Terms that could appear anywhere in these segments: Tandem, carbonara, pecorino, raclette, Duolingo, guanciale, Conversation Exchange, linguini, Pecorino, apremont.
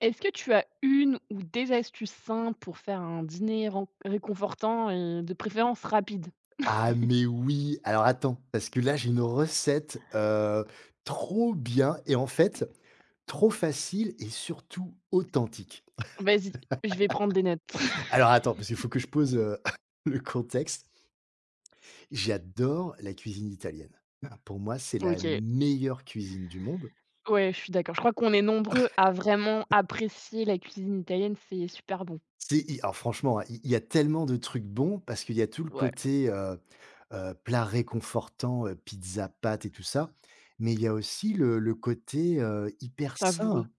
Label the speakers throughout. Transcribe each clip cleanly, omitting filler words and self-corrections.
Speaker 1: Est-ce que tu as une ou des astuces simples pour faire un dîner ren réconfortant et de préférence rapide?
Speaker 2: Ah mais oui! Alors attends, parce que là j'ai une recette, trop bien et en fait, trop facile et surtout authentique.
Speaker 1: Vas-y, je vais prendre des notes.
Speaker 2: Alors attends, parce qu'il faut que je pose, le contexte. J'adore la cuisine italienne. Ah, pour moi, c'est la
Speaker 1: OK,
Speaker 2: meilleure cuisine du monde.
Speaker 1: ouais, je suis d'accord. Je crois qu'on est nombreux à vraiment apprécier la cuisine italienne, c'est super bon.
Speaker 2: C'est i Alors, franchement, hein, il y a tellement de trucs bons parce qu'il y a tout le
Speaker 1: Ouais,
Speaker 2: côté, plat réconfortant, pizza, pâtes et tout ça, mais il y a aussi le côté, hyper
Speaker 1: savoureux.
Speaker 2: sain.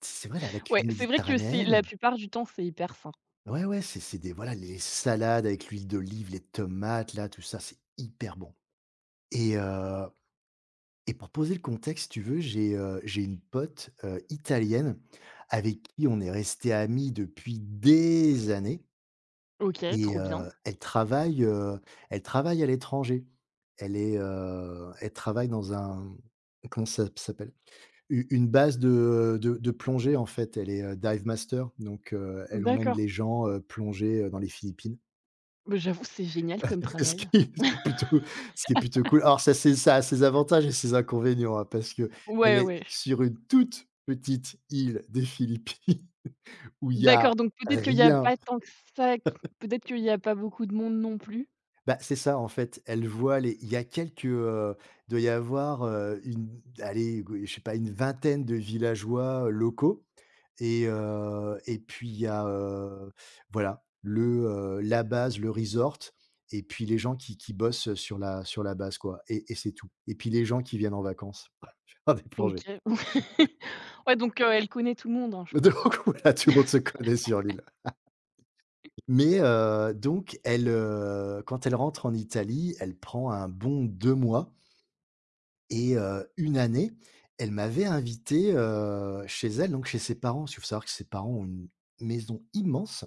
Speaker 2: C'est vrai, la
Speaker 1: Ouais,
Speaker 2: cuisine
Speaker 1: c'est vrai que c'est la
Speaker 2: méditerranéenne.
Speaker 1: plupart du temps, c'est hyper sain.
Speaker 2: Ouais, ouais, c'est des, voilà, les salades avec l'huile d'olive, les tomates là, tout ça, c'est hyper bon. Et et pour poser le contexte, si tu veux, j'ai une pote, italienne avec qui on est resté amis depuis des années.
Speaker 1: OK,
Speaker 2: et
Speaker 1: trop bien.
Speaker 2: heu, elle travaille, heu, elle travaille à l'étranger. Elle travaille dans un, comment ça s'appelle? U Une base de plongée en fait. Elle est, dive master, donc elle emmène
Speaker 1: D'accord.
Speaker 2: les gens, plonger, dans les Philippines.
Speaker 1: Bah, j'avoue, c'est génial comme
Speaker 2: Ce qui
Speaker 1: travail.
Speaker 2: est ce qui est plutôt ce qui est plutôt cool. Alors ça a ses avantages et ses inconvénients, hein, parce que elle
Speaker 1: Ouais,
Speaker 2: est
Speaker 1: ouais.
Speaker 2: sur une toute petite île des Philippines où il y a
Speaker 1: D'accord, donc peut-être qu'il y a
Speaker 2: rien.
Speaker 1: pas tant que ça, peut-être qu'il y a pas beaucoup de monde non plus?
Speaker 2: Bah, c'est ça, en fait, elle voit les il y a quelques, doit y avoir, une, allez, je sais pas, une vingtaine de villageois, locaux. Et puis il y a, voilà, la base, le resort, et puis les gens qui bossent sur la base, quoi, et c'est tout, et puis les gens qui viennent en vacances faire des
Speaker 1: OK.
Speaker 2: plongées.
Speaker 1: Ouais, donc elle connaît tout le monde, hein, je
Speaker 2: Donc
Speaker 1: pense?
Speaker 2: voilà, tout le monde se connaît sur l'île. Mais donc elle, quand elle rentre en Italie, elle prend un bon 2 mois. Et une année, elle m'avait invité, chez elle, donc chez ses parents. Il faut savoir que ses parents ont une maison immense.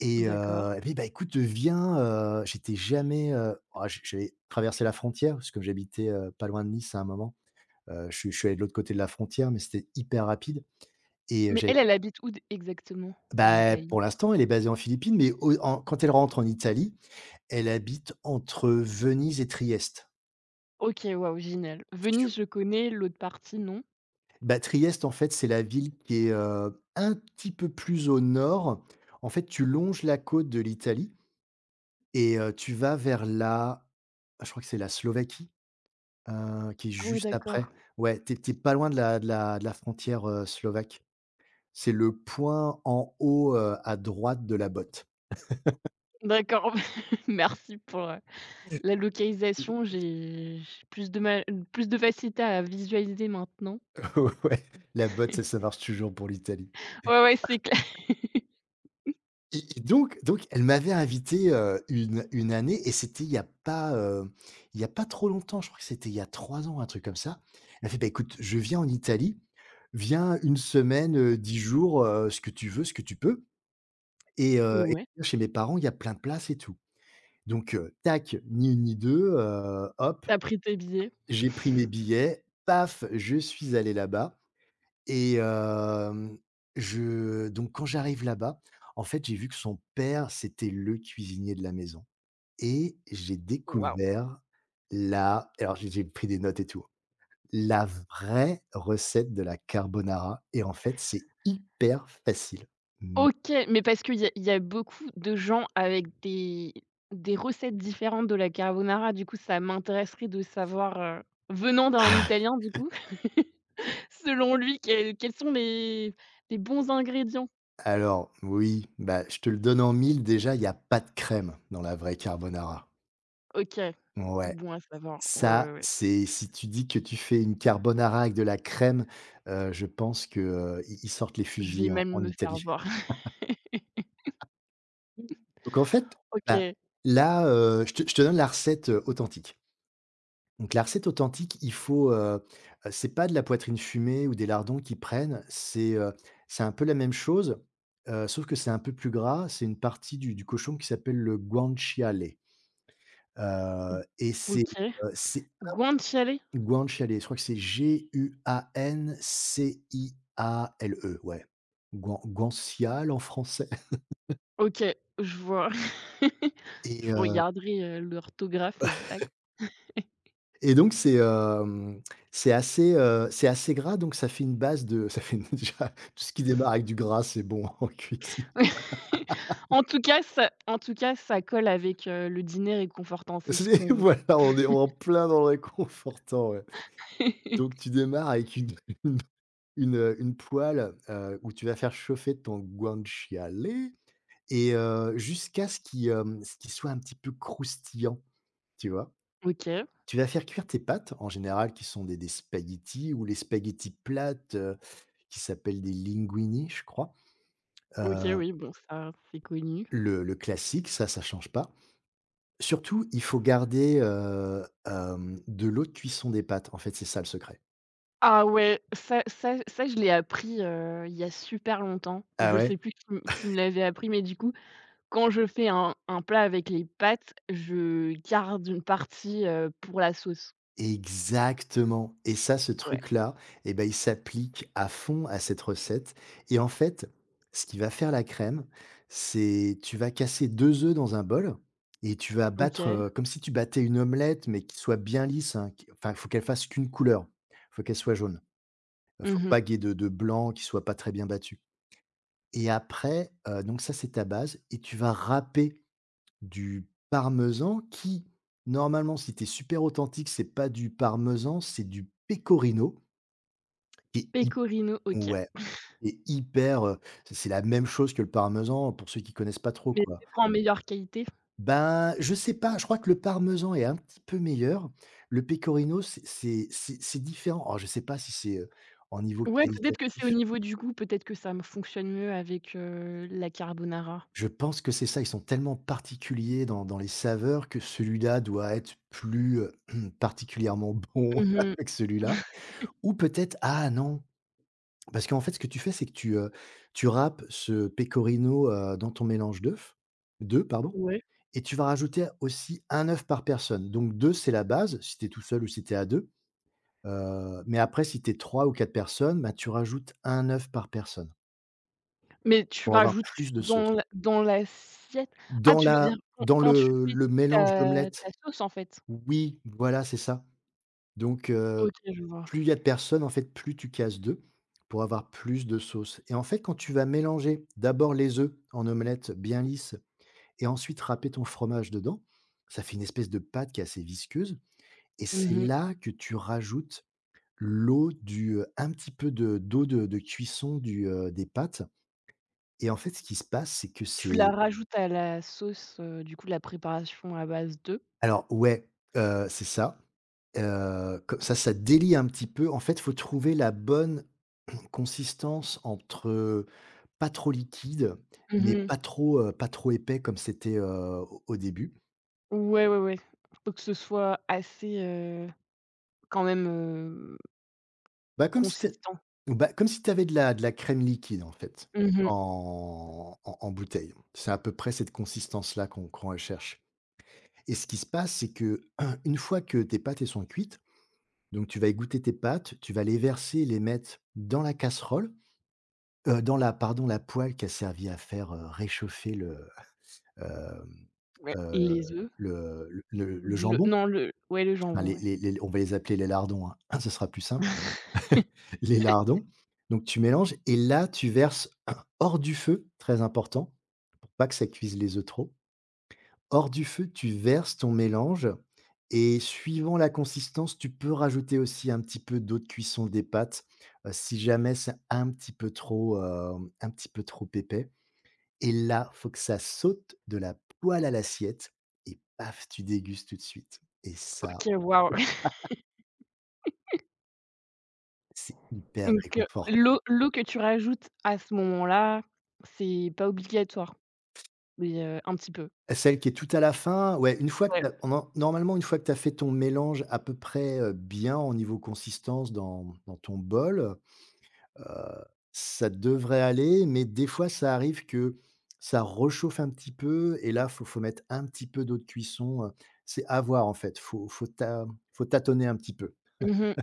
Speaker 2: Et
Speaker 1: D'accord.
Speaker 2: heu et puis, bah, écoute, viens, j'étais jamais, oh, j'avais traversé la frontière parce que j'habitais, pas loin de Nice à un moment. Je suis allé de l'autre côté de la frontière, mais c'était hyper rapide et
Speaker 1: Mais
Speaker 2: j'avais
Speaker 1: elle, elle habite où d exactement en
Speaker 2: bah,
Speaker 1: Italie?
Speaker 2: pour l'instant, elle est basée en Philippines, mais au en quand elle rentre en Italie, elle habite entre Venise et Trieste.
Speaker 1: OK, waouh, génial. Venise,
Speaker 2: Sup
Speaker 1: je connais, l'autre partie, non.
Speaker 2: Bah, Trieste, en fait, c'est la ville qui est, un petit peu plus au nord. En fait, tu longes la côte de l'Italie et tu vas vers la je crois que c'est la Slovaquie. Qui est
Speaker 1: Ah ouais,
Speaker 2: juste
Speaker 1: d'accord.
Speaker 2: après. Ouais, tu es pas loin de la frontière, slovaque. C'est le point en haut, à droite de la botte.
Speaker 1: D'accord. Merci pour, la localisation. J'ai plus de mal plus de facilité à visualiser maintenant.
Speaker 2: Ouais, la botte, ça marche toujours pour l'Italie.
Speaker 1: Ouais, ouais, c'est clair.
Speaker 2: Et donc elle m'avait invité, une année, et c'était il y a pas trop longtemps, je crois que c'était il y a 3 ans, un truc comme ça. Elle fait: «Bah, écoute, je viens en Italie, viens une semaine, 10 jours, ce que tu veux, ce que tu peux, et
Speaker 1: Ouais,
Speaker 2: viens chez mes parents, il y a plein de places et tout». Donc tac, ni une ni deux, hop,
Speaker 1: t'as pris tes billets?
Speaker 2: j'ai pris mes billets, paf, je suis allé là-bas et hem, je donc quand j'arrive là-bas, en fait, j'ai vu que son père, c'était le cuisinier de la maison, et j'ai
Speaker 1: Waouh!
Speaker 2: découvert, la alors, j'ai pris des notes et tout, la vraie recette de la carbonara, et en fait, c'est hyper facile. Mmh.
Speaker 1: OK, mais parce qu'il y a beaucoup de gens avec des recettes différentes de la carbonara, du coup, ça m'intéresserait de savoir, venant d'un Italien, du coup, selon lui, quels quels sont les bons ingrédients?
Speaker 2: Alors oui, bah, je te le donne en mille, déjà, il y a pas de crème dans la vraie carbonara.
Speaker 1: OK,
Speaker 2: Ouais,
Speaker 1: bon à savoir. Ouais,
Speaker 2: ça,
Speaker 1: ouais, ouais.
Speaker 2: c'est si tu dis que tu fais une carbonara avec de la crème, je pense que, ils sortent les
Speaker 1: Je vais
Speaker 2: fusils en
Speaker 1: même me faire
Speaker 2: Italie.
Speaker 1: voir.
Speaker 2: Donc en fait, bah,
Speaker 1: OK,
Speaker 2: là, je te donne la recette, authentique. Donc la recette authentique, il faut, c'est pas de la poitrine fumée ou des lardons qu'ils prennent, c'est un peu la même chose, sauf que c'est un peu plus gras. C'est une partie du cochon qui s'appelle le guanciale, et c'est,
Speaker 1: OK.
Speaker 2: heu, c'est
Speaker 1: Guanciale?
Speaker 2: Guanciale, je crois que c'est guanciale, ouais. Guanciale en français.
Speaker 1: OK, je vois.
Speaker 2: et
Speaker 1: Je
Speaker 2: heu
Speaker 1: regarderai, l'orthographe exacte.
Speaker 2: et donc c'est, c'est assez gras, donc ça fait une base de, ça fait une, déjà, tout ce qui démarre avec du gras, c'est bon en cuisine.
Speaker 1: Oui. En tout cas, ça en tout cas, ça colle avec, le dîner réconfortant, c'est ce qu'on
Speaker 2: C'est
Speaker 1: veut.
Speaker 2: voilà, on est en plein dans le réconfortant, ouais. Donc tu démarres avec une une une poêle, où tu vas faire chauffer ton guanciale et jusqu'à ce qu'il, ce qu'il soit un petit peu croustillant. Tu vois?
Speaker 1: OK,
Speaker 2: Tu vas faire cuire tes pâtes, en général, qui sont des spaghettis ou les spaghettis plates, qui s'appellent des linguini, je crois.
Speaker 1: OK,
Speaker 2: Heu,
Speaker 1: oui, bon, ça, c'est connu.
Speaker 2: le classique, ça change pas. Surtout, il faut garder, de l'eau de cuisson des pâtes. En fait, c'est ça le secret.
Speaker 1: Ah ouais, ça ça ça, je l'ai appris, il y a super longtemps.
Speaker 2: Ah
Speaker 1: Je
Speaker 2: ouais?
Speaker 1: sais plus qui m qui me l'avait appris, mais du coup, quand je fais un plat avec les pâtes, je garde une partie, pour la sauce.
Speaker 2: Exactement, et ça, ce
Speaker 1: Ouais.
Speaker 2: truc-là, eh ben, il s'applique à fond à cette recette, et en fait, ce qui va faire la crème, c'est tu vas casser 2 œufs dans un bol et tu vas battre,
Speaker 1: OK.
Speaker 2: comme si tu battais une omelette, mais qui soit bien lisse, hein, qui, enfin, il faut qu'elle fasse qu'une couleur. Il faut qu'elle soit jaune. Faut
Speaker 1: Mmh.
Speaker 2: pas qu'il y ait de blanc qui soit pas très bien battu, et après, donc ça, c'est ta base, et tu vas râper du parmesan qui, normalement, si t'es super authentique, c'est pas du parmesan, c'est du pecorino qui est hy
Speaker 1: Pecorino, OK.
Speaker 2: ouais, qui est hyper, c'est la même chose que le parmesan pour ceux qui connaissent pas trop,
Speaker 1: Mais
Speaker 2: quoi.
Speaker 1: peut en meilleure qualité.
Speaker 2: Ben, je sais pas, je crois que le parmesan est un petit peu meilleur. Le pecorino, c'est différent. Alors je sais pas si c'est, en niveau
Speaker 1: Ouais, peut-être que c'est au
Speaker 2: qualitatif.
Speaker 1: niveau du goût, peut-être que ça me fonctionne mieux avec, la carbonara.
Speaker 2: Je pense que c'est ça, ils sont tellement particuliers dans les saveurs que celui-là doit être plus, particulièrement bon
Speaker 1: Mmh mh.
Speaker 2: avec celui-là. Ou peut-être, ah non, parce qu'en fait, ce que tu fais, c'est que tu râpes ce pecorino, dans ton mélange d'œufs, pardon,
Speaker 1: Ouais.
Speaker 2: et tu vas rajouter aussi un œuf par personne. Donc deux, c'est la base, si tu es tout seul ou si tu es à deux, mais après, si tu es 3 ou 4 personnes, bah, tu rajoutes un œuf par personne
Speaker 1: Mais tu
Speaker 2: pour avoir
Speaker 1: rajoutes
Speaker 2: plus de
Speaker 1: dans
Speaker 2: sauce.
Speaker 1: la dans l'assiette? Ah,
Speaker 2: Dans
Speaker 1: tu veux dire
Speaker 2: la
Speaker 1: quand
Speaker 2: dans
Speaker 1: quand tu
Speaker 2: le
Speaker 1: fais
Speaker 2: le mélange
Speaker 1: ta ta
Speaker 2: d'omelette.
Speaker 1: sauce, en fait?
Speaker 2: Oui, voilà, c'est ça. Donc
Speaker 1: OK, je vois.
Speaker 2: plus il y a de personnes, en fait, plus tu casses d'œufs pour avoir plus de sauce, et en fait, quand tu vas mélanger d'abord les œufs en omelette bien lisse et ensuite râper ton fromage dedans, ça fait une espèce de pâte qui est assez visqueuse, et c'est
Speaker 1: Mmh mh.
Speaker 2: là que tu rajoutes l'eau un petit peu de d'eau de cuisson des pâtes, et en fait, ce qui se passe, c'est que
Speaker 1: Tu la
Speaker 2: c'est
Speaker 1: rajoutes à la sauce, du coup, la préparation à base de?
Speaker 2: alors, ouais, c'est ça, co ça délie un petit peu. En fait, il faut trouver la bonne consistance entre, pas trop liquide,
Speaker 1: Mmh
Speaker 2: mais
Speaker 1: mh.
Speaker 2: pas trop, pas trop épais comme c'était, au début.
Speaker 1: Ouais, ouais, ouais. Faut que ce soit assez, quand même,
Speaker 2: Bah, comme si tu
Speaker 1: consistant.
Speaker 2: bah, comme si avais de la crème liquide, en fait,
Speaker 1: Mmh mh.
Speaker 2: en bouteille. C'est à peu près cette consistance-là qu'on recherche, et ce qui se passe, c'est que, une fois que tes pâtes, elles sont cuites, donc tu vas égoutter tes pâtes, tu vas les verser, les mettre dans la casserole, dans la pardon, la poêle qui a servi à faire, réchauffer le, hem,
Speaker 1: Ouais.
Speaker 2: heu,
Speaker 1: Les œufs,
Speaker 2: le
Speaker 1: le
Speaker 2: jambon.
Speaker 1: non, le ouais, le
Speaker 2: Enfin,
Speaker 1: jambon, ouais.
Speaker 2: les on va les appeler les lardons, hein, ce sera plus simple. Les lardons, donc tu mélanges, et là, tu verses hors du feu, très important, pour pas que ça cuise les œufs trop. Hors du feu, tu verses ton mélange, et suivant la consistance, tu peux rajouter aussi un petit peu d'eau de cuisson des pâtes, si jamais c'est un petit peu trop, un petit peu trop épais, et là, faut que ça saute de la poêle à l'assiette et paf, tu dégustes tout de suite, et ça,
Speaker 1: OK, waouh.
Speaker 2: c'est hyper
Speaker 1: Donc
Speaker 2: réconfortant.
Speaker 1: l'eau l'eau que tu rajoutes à ce moment-là, c'est pas obligatoire, mais un petit peu.
Speaker 2: Celle qui est tout à la fin? Ouais, une fois que
Speaker 1: Ouais.
Speaker 2: tu en normalement, une fois que tu as fait ton mélange à peu près, bien en niveau consistance dans ton bol, heu, ça devrait aller, mais des fois, ça arrive que ça rechauffe un petit peu et là, faut mettre un petit peu d'eau de cuisson, c'est à voir, en fait, faut tâtonner un petit peu.
Speaker 1: Mmh mh.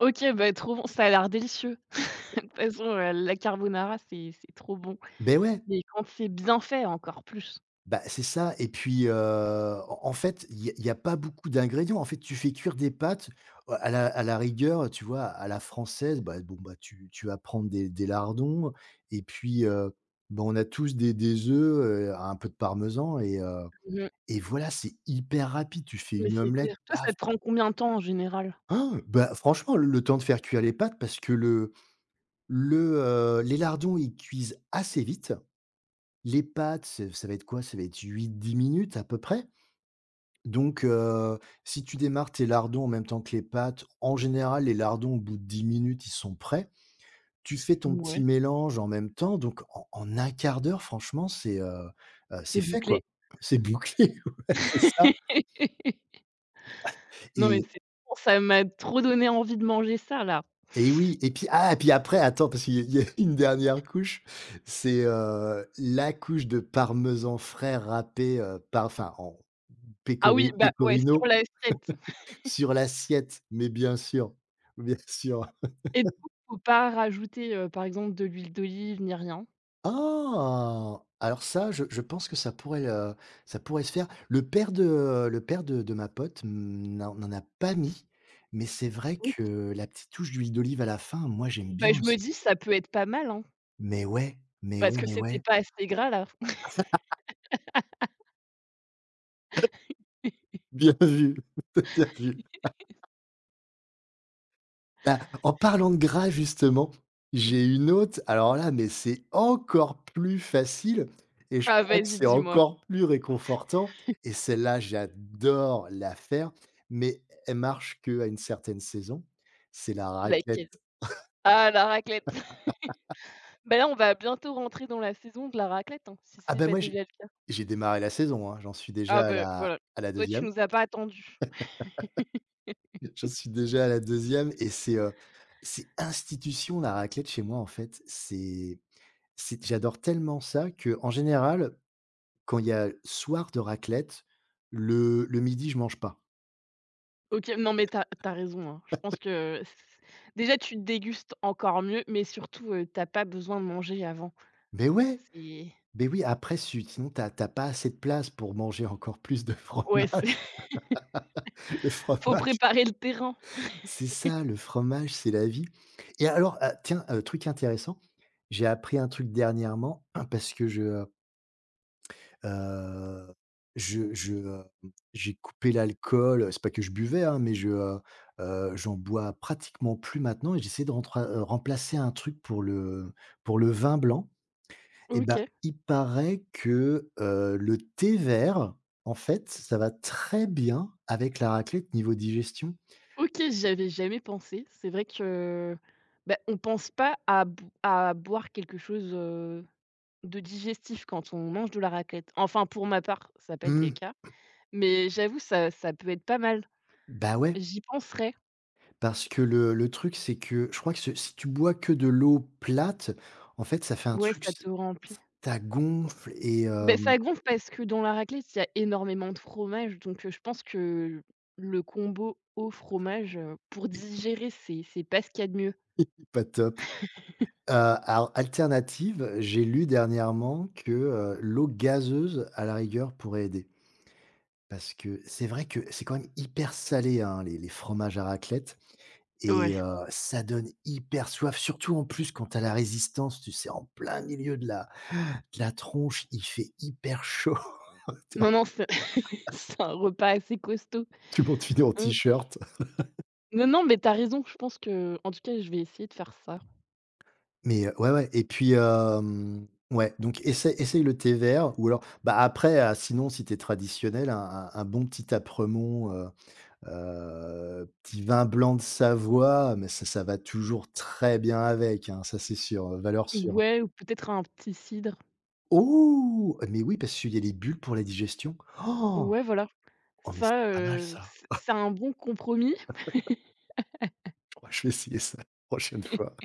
Speaker 1: OK, bah, trop bon, ça a l'air délicieux. De toute façon, la carbonara, c'est trop bon,
Speaker 2: Mais ouais!
Speaker 1: mais quand c'est bien fait, encore plus.
Speaker 2: Bah, c'est ça et puis, en fait, il y a y a pas beaucoup d'ingrédients. En fait, tu fais cuire des pâtes, à la rigueur, tu vois, à la française, bah, bon, bah, tu vas prendre des lardons et puis, bah, on a tous des œufs, un peu de parmesan
Speaker 1: Mmh.
Speaker 2: et voilà, c'est hyper rapide. Tu fais
Speaker 1: Mais
Speaker 2: une
Speaker 1: c'est
Speaker 2: omelette,
Speaker 1: clair. Toi, ça
Speaker 2: paf,
Speaker 1: te prend combien de temps en général?
Speaker 2: han! Bah, franchement, le temps de faire cuire les pâtes parce que le, les lardons, ils cuisent assez vite. Les pâtes, ça va être quoi? Ça va être 8 10 minutes à peu près. Donc, si tu démarres tes lardons en même temps que les pâtes, en général, les lardons, au bout de 10 minutes, ils sont prêts. Tu fais ton
Speaker 1: Mouais,
Speaker 2: petit mélange en même temps, donc en 1/4 d'heure, franchement,
Speaker 1: c'est
Speaker 2: c'est fait, quoi.
Speaker 1: bouclé.
Speaker 2: C'est bouclé, ouais, c'est ça
Speaker 1: Non mais
Speaker 2: et
Speaker 1: c'est bon, ça m'a trop donné envie de manger ça là.
Speaker 2: et oui et puis ah, et puis après, attends, parce qu'il y a une dernière couche, c'est, la couche de parmesan frais râpé, par enfin, en
Speaker 1: Ah oui,
Speaker 2: pécori
Speaker 1: bah, ouais, sur
Speaker 2: pecorino
Speaker 1: l'assiette.
Speaker 2: sur l'assiette, mais bien sûr, bien sûr.
Speaker 1: Et du faut pas rajouter, par exemple, de l'huile d'olive ni rien?
Speaker 2: Ah! Alors ça, je pense que ça pourrait se faire. Le père de ma pote, mmh, n'en a pas mis, mais c'est vrai
Speaker 1: Oui.
Speaker 2: que la petite touche d'huile d'olive à la fin, moi, j'aime
Speaker 1: Bah,
Speaker 2: bien
Speaker 1: je me
Speaker 2: aussi.
Speaker 1: dis: «Ça peut être pas mal, hein»,
Speaker 2: Mais ouais, mais
Speaker 1: parce
Speaker 2: ouais,
Speaker 1: que
Speaker 2: mais
Speaker 1: c'était
Speaker 2: ouais.
Speaker 1: pas assez gras là.
Speaker 2: Bien vu, bien vu. Bah, en parlant de gras justement, j'ai une autre. Alors là, mais c'est encore plus facile et je
Speaker 1: Ah
Speaker 2: crois que
Speaker 1: vas-y,
Speaker 2: c'est
Speaker 1: dis-moi.
Speaker 2: encore plus réconfortant et celle-là, j'adore la faire, mais elle marche qu'à une certaine saison. C'est la
Speaker 1: Laquelle?
Speaker 2: raclette.
Speaker 1: Ah la raclette. Bah, là, on va bientôt rentrer dans la saison de la raclette, hein, si
Speaker 2: Ah
Speaker 1: c'est
Speaker 2: ben
Speaker 1: pas
Speaker 2: moi, j'ai
Speaker 1: déjà le cas.
Speaker 2: j'ai démarré la saison, hein, j'en suis
Speaker 1: Ah
Speaker 2: déjà à
Speaker 1: bah,
Speaker 2: la
Speaker 1: voilà.
Speaker 2: à la
Speaker 1: Toi, tu
Speaker 2: deuxième.
Speaker 1: nous as pas attendus.
Speaker 2: J'en suis déjà à la deuxième et c'est institution la raclette chez moi, en fait. C'est J'adore tellement ça que en général, quand il y a soir de raclette, le midi, je mange pas.
Speaker 1: OK, non, mais tu as raison, hein. Je pense que c déjà, tu dégustes encore mieux, mais surtout, tu as pas besoin de manger avant.
Speaker 2: Mais ouais,
Speaker 1: C'est
Speaker 2: mais oui, après si sinon tu as pas assez de place pour manger encore plus de
Speaker 1: ouais, c'est
Speaker 2: fromage. Le
Speaker 1: faut
Speaker 2: fromage,
Speaker 1: préparer le terrain.
Speaker 2: c'est ça, le fromage, c'est la vie. Et alors, ah tiens, truc intéressant, j'ai appris un truc dernièrement hein, parce que heu, je, j'ai coupé l'alcool, c'est pas que je buvais, hein, mais j'en bois pratiquement plus maintenant et j'essaie de rentra remplacer un truc pour le vin blanc. Et ben,
Speaker 1: OK.
Speaker 2: il paraît que, le thé vert, en fait, ça va très bien avec la raclette niveau digestion.
Speaker 1: OK, j'y avais jamais pensé. C'est vrai que, ben on pense pas à b à boire quelque chose, de digestif quand on mange de la raclette. Enfin, pour ma part, ça a pas été le
Speaker 2: Mmh,
Speaker 1: cas, mais j'avoue ça ça peut être pas mal.
Speaker 2: bah, ouais,
Speaker 1: J'y penserai.
Speaker 2: parce que le truc, c'est que je crois que ce si tu bois que de l'eau plate, en fait, ça fait un
Speaker 1: Ouais,
Speaker 2: truc
Speaker 1: ça
Speaker 2: s
Speaker 1: te remplit.
Speaker 2: ça gonfle et
Speaker 1: Ben ça
Speaker 2: hem,
Speaker 1: gonfle parce que dans la raclette, il y a énormément de fromage, donc je pense que le combo au fromage, pour digérer, c'est pas ce qu'il y a de mieux.
Speaker 2: pas top. Heu, alors alternative, j'ai lu dernièrement que, l'eau gazeuse, à la rigueur, pourrait aider. Parce que c'est vrai que c'est quand même hyper salé, hein, les fromages à raclette
Speaker 1: Ouais.
Speaker 2: et ça donne hyper soif, surtout en plus quand tu la résistance, tu sais, en plein milieu de la tronche, il fait hyper chaud, tu es en
Speaker 1: Non, non, c'est c'est un repas assez costaud.
Speaker 2: tout le monde finit en
Speaker 1: Mmh.
Speaker 2: t-shirt.
Speaker 1: Non, non, mais t'as raison, je pense que en tout cas, je vais essayer de faire ça.
Speaker 2: Mais ouais, ouais et puis, hem, ouais, donc essaye le thé vert ou alors, bah, après, sinon si t'es traditionnel, un bon petit apremont, heu, petit vin blanc de Savoie, mais ça va toujours très bien avec, hein, ça c'est sûr, valeur sûre.
Speaker 1: Ouais, ou peut-être un petit cidre.
Speaker 2: Oh! Mais oui, parce qu'il y a les bulles pour la digestion. Oh!
Speaker 1: Ouais, voilà.
Speaker 2: Oh, mais c'est
Speaker 1: Ça,
Speaker 2: pas mal ça.
Speaker 1: c c'est un bon compromis.
Speaker 2: Je crois que je vais essayer ça la prochaine fois.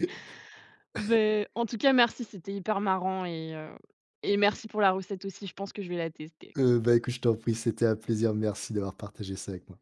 Speaker 1: Mais en tout cas, merci, c'était hyper marrant et merci pour la recette aussi, je pense que je vais la tester.
Speaker 2: Bah, écoute, je t'en prie, c'était un plaisir. Merci d'avoir partagé ça avec moi.